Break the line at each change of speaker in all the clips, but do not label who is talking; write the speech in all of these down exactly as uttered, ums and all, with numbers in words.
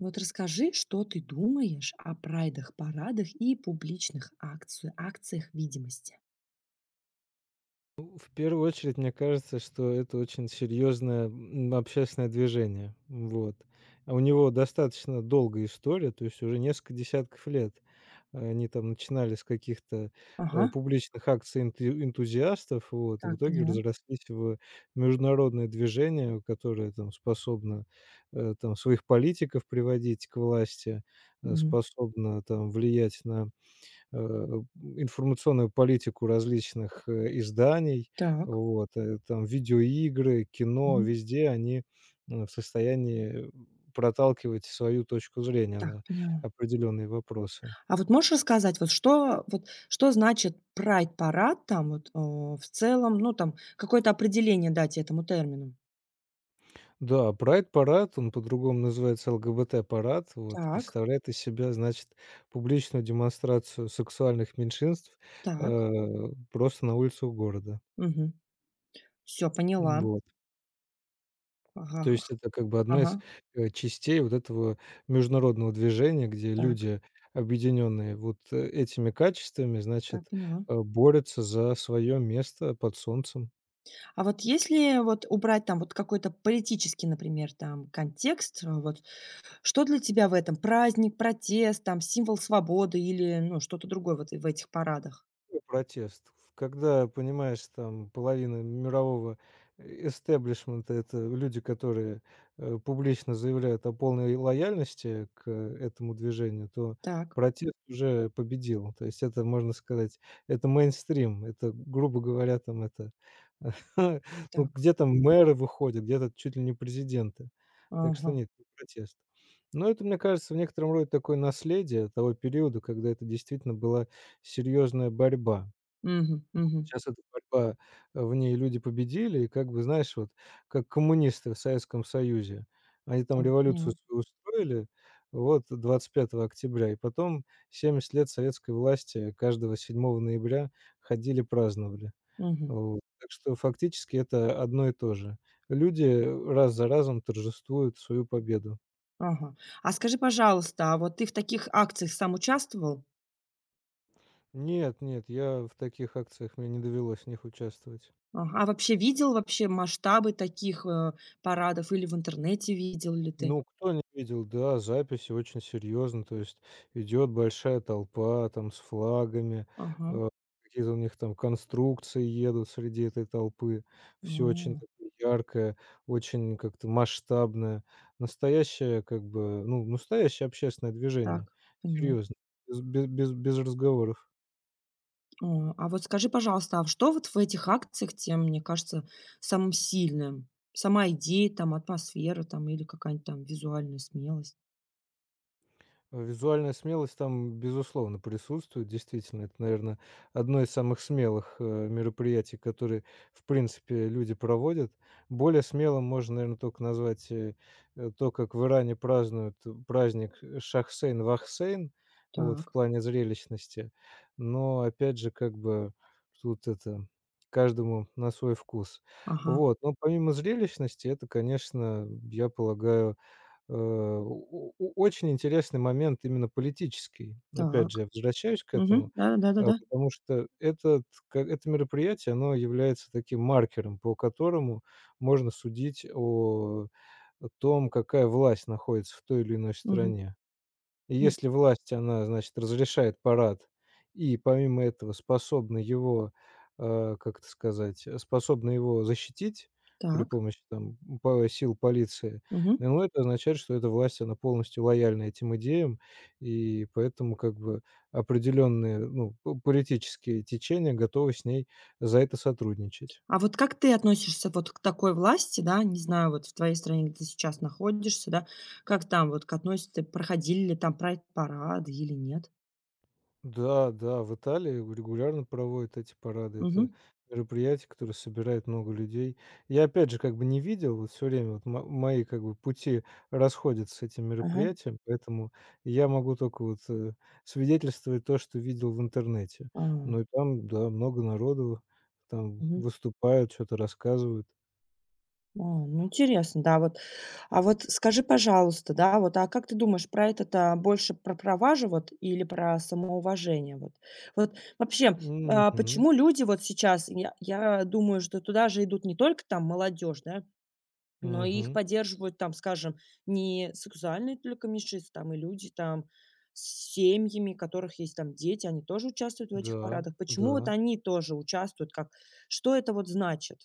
Вот расскажи, что ты думаешь о прайдах, парадах и публичных акци- акциях видимости.
Ну, в первую очередь, мне кажется, что это очень серьезное, м, общественное движение. Вот. А у него достаточно долгая история, то есть уже несколько десятков лет. а, Они там начинали с каких-то, э,
Ага,
публичных акций энту энтузиастов, вот, и в
так,
итоге
поняла.
разрослись в международное движение, которое там способно, э, там своих политиков приводить к власти, э,
Мгм.
способно там влиять на э, информационную политику различных, э, изданий.
Так,
Вот, э, там видеоигры, кино,
мгм.
везде они, м, в состоянии проталкивать свою точку зрения
Так,
на
поняла.
определенные вопросы.
А вот можешь рассказать, вот что, вот, что значит прайд-парад там вот, о, в целом, ну там какое-то определение дать этому термину?
Да, прайд-парад, он по-другому называется ЛГБТ-парад, вот,
Так,
представляет из себя, значит, публичную демонстрацию сексуальных меньшинств, э,
так,
просто на улицах города.
угу. все, поняла.
Вот.
Ага,
То
ага,
есть это как бы одна
ага,
из, э, частей вот этого международного движения, где
так,
люди, объединенные вот, э, этими качествами,
так,
значит,
поняла.
э, борются за свое место под солнцем.
А вот если вот убрать там вот какой-то политический, например, там контекст, э, вот что для тебя в этом? Праздник, протест, там символ свободы или, ну, что-то другое вот и в этих парадах?
Какой протест? Когда, понимаешь, там половина мирового э, эстеблишмента — это люди, которые, э, публично заявляют о полной лояльности к этому движению, то
Так,
протест уже победил. То есть это, можно сказать, это мейнстрим, это, грубо говоря, там это ну,
так.
где там мэры выходят, где-то чуть ли не президенты. Так что
Ага.
нет, не протест. Но это, мне кажется, в некотором роде такое наследие того периода, когда это действительно была серьезная борьба.
Мгм, мгм.
Сейчас эта борьба, э, в ней люди победили, и как бы, знаешь, вот как коммунисты в Советском Союзе. Они там
Так, поняла.
революцию свою устроили, вот 25 октября, и потом 70 лет советской власти каждого 7 ноября ходили, праздновали.
Мгм.
Вот. Так что фактически это одно и то же. Люди раз за разом торжествуют свою победу.
Ага. А скажи, пожалуйста, а вот ты в таких акциях сам участвовал?
Нет, нет, я в таких акциях, мне не довелось в них участвовать.
Ага. А вообще видел вообще масштабы таких, э, парадов или в интернете видел ли ты?
Ну, кто не видел, да, записи очень серьезно, то есть идет большая толпа там с флагами,
Ага.
э, какие-то у них там конструкции едут среди этой толпы,
А.
все очень такое яркое, очень как-то масштабное, настоящее как бы, ну, настоящее общественное движение,
Так, поняла.
серьезно, без, без, без без разговоров.
О, а вот скажи, пожалуйста, а в что вот в этих акциях тем, мне кажется, самым сильным? Сама идея, там, атмосфера, там, или какая-нибудь там визуальная смелость?
Э, визуальная смелость там, безусловно, присутствует. Действительно, это, наверное, одно из самых смелых, э, мероприятий, которые, в принципе, люди проводят. Более смелым можно, наверное, только назвать, э, э, то, как в Иране празднуют праздник Шахсейн-Вахсейн, вот, в
Так,
плане зрелищности. Но, опять же, как бы тут это каждому на свой вкус.
ага,
Вот. Но помимо зрелищности, это, конечно, я полагаю. Э, о о очень интересный момент именно политический. Опять же,
так.
я возвращаюсь к
Мгм.
этому, э,
Да-да-да-да-да.
потому что этот ка это мероприятие, оно является таким маркером, по которому можно судить о том, какая власть находится в той или иной
Мгм.
стране. И
Ну,
если власть, она, значит, разрешает парад и помимо этого способна его, э, как это сказать, э, способна его защитить при
так.
помощи там по сил полиции,
Мгм.
ну, это означает, что эта власть, она полностью лояльна этим идеям, и поэтому как бы определенные, ну, п политические течения готовы с ней за это сотрудничать.
А вот как ты относишься вот к такой власти, да, не знаю, вот в твоей стране, где ты сейчас находишься, да, как там вот к относятся, проходили ли там прайд-парады или нет?
Да, да, в Италии регулярно проводят эти парады. Это
Мгм.
мероприятие, которое собирает много людей. Я, опять же, как бы не видел, вот все время вот мо- мои как бы пути расходятся с этим
Ага.
мероприятием, поэтому я могу только вот э, свидетельствовать то, что видел в интернете.
А,
Ну и там, да, много народу, там
мгм.
выступают, что-то рассказывают.
А, ну интересно, да, вот. А вот скажи, пожалуйста, да, вот, а как ты думаешь, про это то больше про права же вот или про самоуважение вот? Вот вообще, а,
Мгм,
почему люди вот сейчас, я я думаю, что туда же идут не только там молодежь, да, но и их
мгм,
поддерживают там, скажем, не сексуальные только меньшинства, там и люди там с семьями, у которых есть там дети, они тоже участвуют в этих
да,
парадах. Почему вот
да.
они тоже участвуют? Как что это вот значит?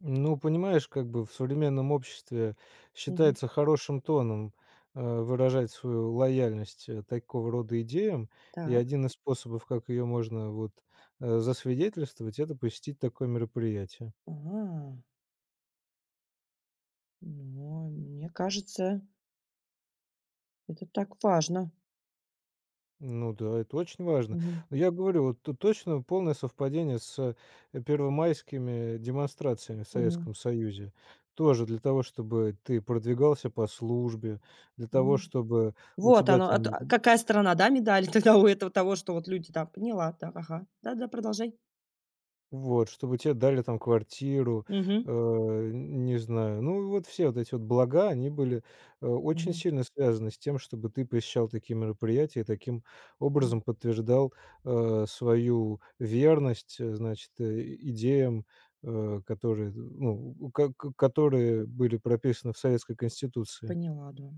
Ну, понимаешь, как бы в современном обществе
Мгм.
считается хорошим тоном, э, выражать свою лояльность, э, такого рода идеям. И
Так.
один из способов, как ее можно вот, э, засвидетельствовать — это посетить такое мероприятие.
А. Но мне кажется, это так важно.
Ну да, это очень важно.
Мгм.
Но я говорю, вот тут точно полное совпадение с, э, первомайскими демонстрациями в
Мгм.
Советском Союзе. Тоже для того, чтобы ты продвигался по службе, для того,
М.
чтобы у
Вот
тебя
оно, а т
там
а какая сторона, да, медали тогда у этого того, что вот люди там поняла, да, ага. Да-да, продолжай.
Вот, чтобы тебе дали там квартиру,
Мгм.
э, не знаю. Ну, вот все вот эти вот блага, они были, э, очень
Мгм.
сильно связаны с тем, чтобы ты посещал такие мероприятия и таким
Мгм.
образом подтверждал, э, свою верность, э, значит, э, и- идеям, э, которые, ну, у ко ко которые были прописаны в советской конституции.
Поняла, да.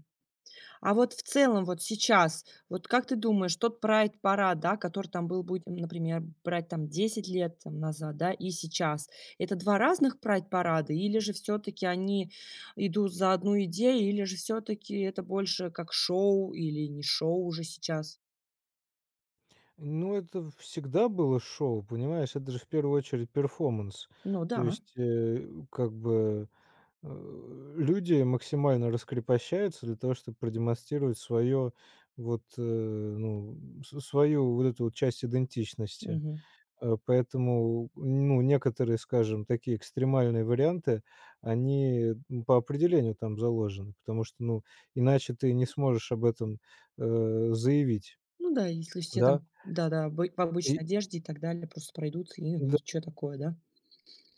А вот в целом вот сейчас, вот как ты думаешь, тот прайд-парад, да, который там был, будем, например, брать там десять лет там назад, да, и сейчас, это два разных прайд-парада или же все таки они идут за одну идею, или же все таки это больше как шоу или не шоу уже сейчас?
Ну, это всегда было шоу, понимаешь? Это же в первую очередь перформанс.
Ну да,
То есть, э, как бы э, люди максимально раскрепощаются для того, чтобы продемонстрировать свое вот, э, ну, с свою вот эту вот часть идентичности.
мгм.
Э, поэтому, ну, некоторые, скажем, такие экстремальные варианты, они, м, по определению там заложены, потому что, ну, иначе ты не сможешь об этом, э, заявить,
Ну да, если все
да.
там, да-да, обы в
И
обычной одежде и так далее, просто пройдутся, и ну и
да.
чё такое, да?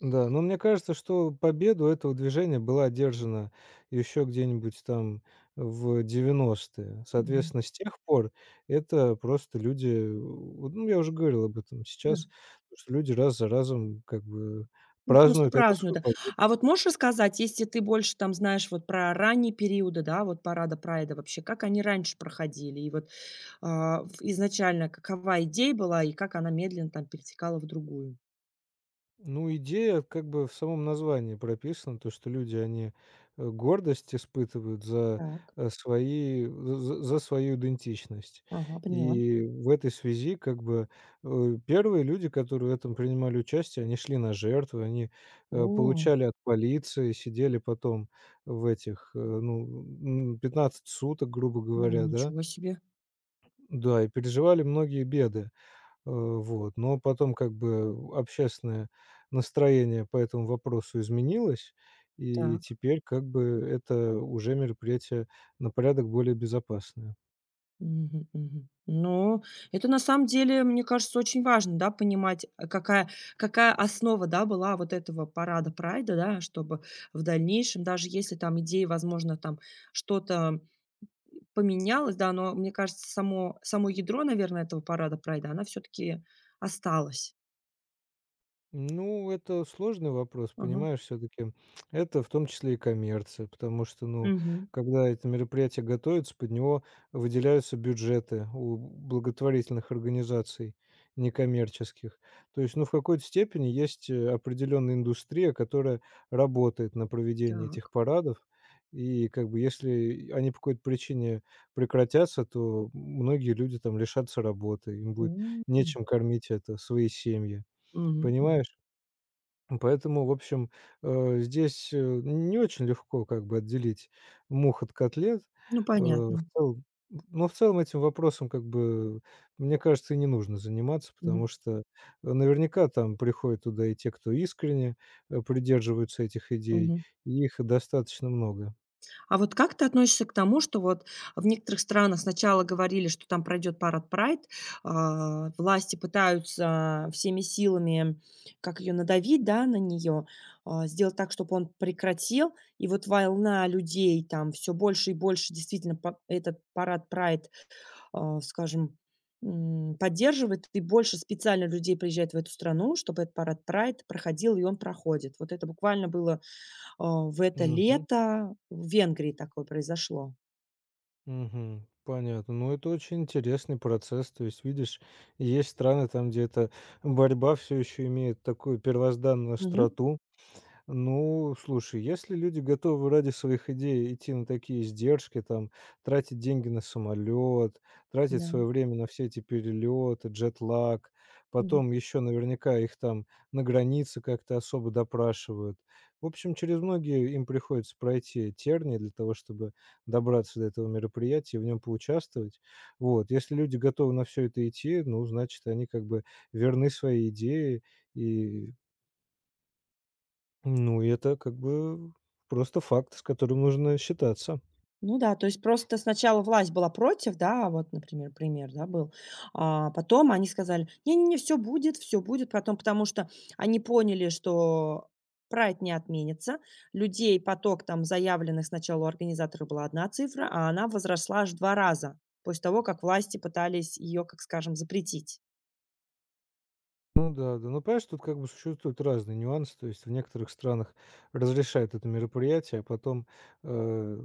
Да, но мне кажется, что победу этого движения была одержана еще где-нибудь там в девяностые,
Мгм.
Соответственно, с тех пор это просто люди, вот, ну, я уже говорил об этом
Да.
сейчас, что люди раз за разом как бы
Ну, просто
празднуют эту
празднуют,
свою
да.
победу.
А вот можешь рассказать, если ты больше там знаешь вот про ранние периоды, да, вот парада Прайда вообще, как они раньше проходили? И вот, а, в изначально какова идея была и как она медленно там перетекала в другую?
Ну, идея как бы в самом названии прописана, то, что люди, они э, гордость испытывают за
Так,
э, свои, за, за- за свою идентичность.
ага, поняла.
И в этой связи как бы э, первые люди, которые в этом принимали участие, они шли на жертвы, они
О,
э, получали от полиции, сидели потом в этих, э, ну, м, 15 суток, грубо
о,
говоря, да,
ничего себе.
да, и переживали многие беды. Э, вот. Но потом как бы общественное настроение по этому вопросу изменилось, и
Так.
теперь как бы это уже мероприятие на порядок более безопасное.
Мгм, мгм. Ну, это на самом деле, мне кажется, очень важно, да, понимать, а, какая, какая основа, да, была вот этого парада Прайда, да, чтобы в дальнейшем, даже если там идеи, возможно, там что-то поменялось, да, но мне кажется, само, само ядро, наверное, этого парада Прайда, она все-таки осталась.
Ну, это сложный вопрос,
Ага.
понимаешь, все таки это в том числе и коммерция, потому что, ну,
Мгм.
когда это мероприятие готовится, под него выделяются бюджеты у благотворительных организаций некоммерческих. То есть, ну, в какой-то степени есть, э, определенная индустрия, которая работает на проведение этих
Так.
парадов. И как бы если они по какой-то причине прекратятся, то многие люди там лишатся работы, им будет
М.
нечем кормить это свои семьи.
Мгм, мгм.
Понимаешь? Поэтому, в общем, э, здесь, э, не очень легко как бы отделить мух от котлет.
Ну,
Э, в
понятно.
целом, но в целом этим вопросом как бы, мне кажется, и не нужно заниматься,
Мгм,
потому что, э, наверняка там приходят туда и те, кто искренне, э, придерживаются этих идей,
мгм.
и их достаточно много.
А вот как ты относишься к тому, что вот в некоторых странах сначала говорили, что там пройдет парад Прайд, а, власти пытаются всеми силами, как ее надавить, да, на нее, а, сделать так, чтобы он прекратил. И вот волна людей там все больше и больше действительно по- этот парад Прайд, а, скажем, м, поддерживает, и больше специально людей приезжает в эту страну, чтобы этот парад Прайд проходил, и он проходит. Вот это буквально было а, в это
Мгм,
лето в Венгрии такое произошло.
мгм. Понятно. Ну, это очень интересный процесс. То есть, видишь, есть страны там, где эта борьба все еще имеет такую первозданную
Мгм.
остроту. Ну, слушай, если люди готовы ради своих идей идти на такие издержки, там, тратить деньги на самолет, тратить
Да.
свое время на все эти перелеты, джетлаг,
Мгм.
потом еще наверняка их там на границе как-то особо допрашивают. В общем, через многие им приходится пройти тернии для того, чтобы добраться до этого мероприятия и в нем поучаствовать. Вот. Если люди готовы на все это идти, ну, значит, они как бы верны своей идее и ну, и это как бы просто факт, с которым нужно считаться.
Ну да, то есть просто сначала власть была против, да, вот, например, пример, да, был. А потом они сказали: "Не-не-не, все будет, все будет". Потом, потому что они поняли, что прайд не отменится. Людей, поток там заявленных сначала у организатора была одна цифра, а она возросла аж в два раза после того, как власти пытались ее, как скажем, запретить.
Ну да, да. Ну, понимаешь, тут как бы существуют разные нюансы. То есть в некоторых странах разрешают это мероприятие, а потом, э,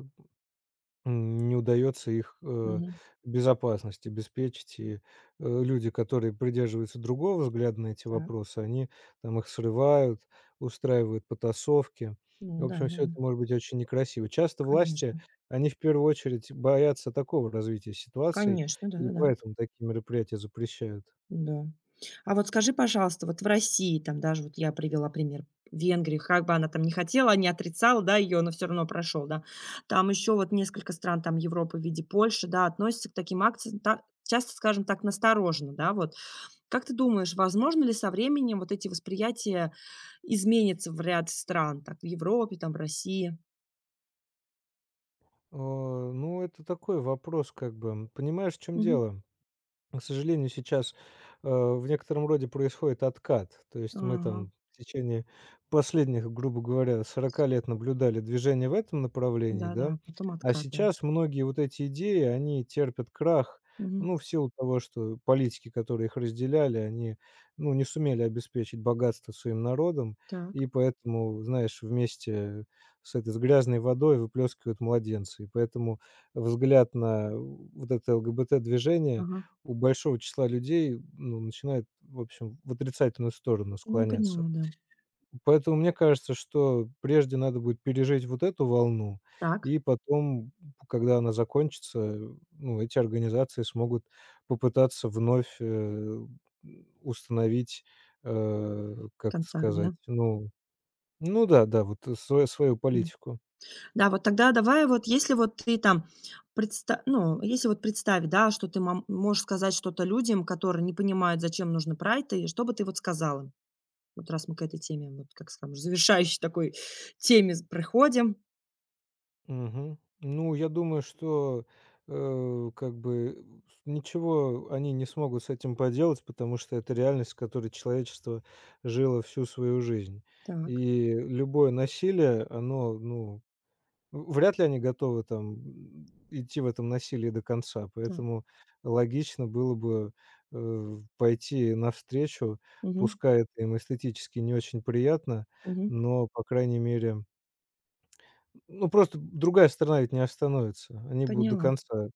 М, не удается их, э,
Мгм.
безопасность обеспечить. И, э, люди, которые придерживаются другого взгляда на эти
Так,
вопросы, они там их срывают, устраивают потасовки. И,
ну
В общем, все
да-да-да,
это может быть очень некрасиво. Часто власти,
конечно.
они в первую очередь боятся такого развития ситуации,
Конечно,
и
да-да-да.
поэтому такие мероприятия запрещают.
Да. А вот скажи, пожалуйста, вот в России, там даже вот я привела пример Венгрии, как бы она там не хотела, не отрицала, да, ее, но все равно прошел, да. Там еще вот несколько стран там Европы в виде Польши, да, относятся к таким акциям, та- часто, скажем так, настороженно, да, вот. Как ты думаешь, возможно ли со временем вот эти восприятия изменятся в ряд стран, так, в Европе, там, в России?
А, ну, это такой вопрос как бы. Понимаешь, в чём
Мгм.
дело? К сожалению, сейчас, э, в некотором роде происходит откат. То есть мы
Ага,
там в течение последних, грубо говоря, сорока лет наблюдали движение в этом направлении, да,
да-да, потом
а
откат, да.
сейчас многие вот эти идеи, они терпят крах,
Мгм.
ну, в силу того, что политики, которые их разделяли, они, ну, не сумели обеспечить богатство своим народом,
Так,
и поэтому, знаешь, вместе с этой, с грязной водой выплескивают младенцы. И поэтому взгляд на вот это ЛГБТ-движение
ага,
у большого числа людей, ну, начинает, в общем, в отрицательную сторону
ну
склоняться.
поняла, да.
Поэтому мне кажется, что прежде надо будет пережить вот эту волну,
Так.
и потом, когда она закончится, э, ну, эти организации смогут попытаться вновь, э, установить, э, как это
Контакт,
сказать,
да?
ну ну да, да, вот свою свою
Мгм.
политику.
Да, вот тогда давай вот, если вот ты там предста ну, если вот представь, да, что ты мом можешь сказать что-то людям, которые не понимают, зачем нужно прайд, и что бы ты вот сказала? Вот раз мы к этой теме, вот как скажем, завершающей такой теме с приходим.
Мгм. Ну, я думаю, что, э, как бы э, с ничего они не смогут с этим поделать, потому что это реальность, с которой человечество жило всю свою жизнь.
Так,
И любое насилие, оно, ну, в вряд ли они готовы там, м, идти в этом насилии до конца.
так.
Поэтому логично было бы, э, пойти навстречу.
Мгм,
Пускай это им эстетически не очень приятно,
мгм.
но, по крайней мере ну, просто другая сторона ведь не остановится. Они будут до
Поняла.
конца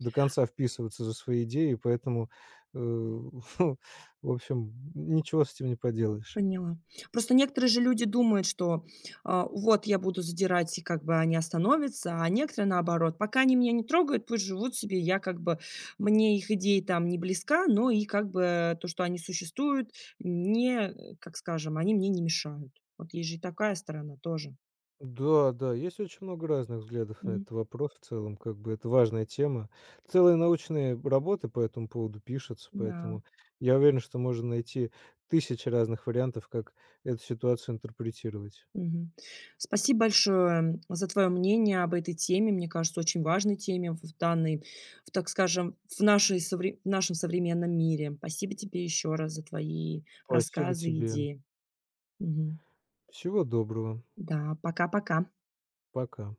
до конца вписываться за свои идеи, поэтому, э, в общем, ничего с этим не поделаешь.
Поняла. Просто некоторые же люди думают, что, а, вот я буду задирать, и как бы они остановятся, а некоторые наоборот: пока они меня не трогают, пусть живут себе, я как бы мне их идея там не близка, но и как бы то, что они существуют, не, э, как скажем, они мне не мешают. Вот есть же и такая сторона тоже.
Да, да, есть очень много разных взглядов на
Мгм.
этот вопрос в целом, как бы это важная тема. Целые научные работы по этому поводу пишутся,
Да.
поэтому я уверен, что можно найти тысячи разных вариантов, как эту ситуацию интерпретировать.
Мгм. Спасибо большое за твое мнение об этой теме. Мне кажется, очень важной теме в в данной, в, так скажем, в, нашей, совре- в нашем современном мире. Спасибо тебе еще раз за твои
Спасибо
рассказы и
тебе.
идеи. Мгм.
Всего доброго.
Да, пока-пока.
Пока.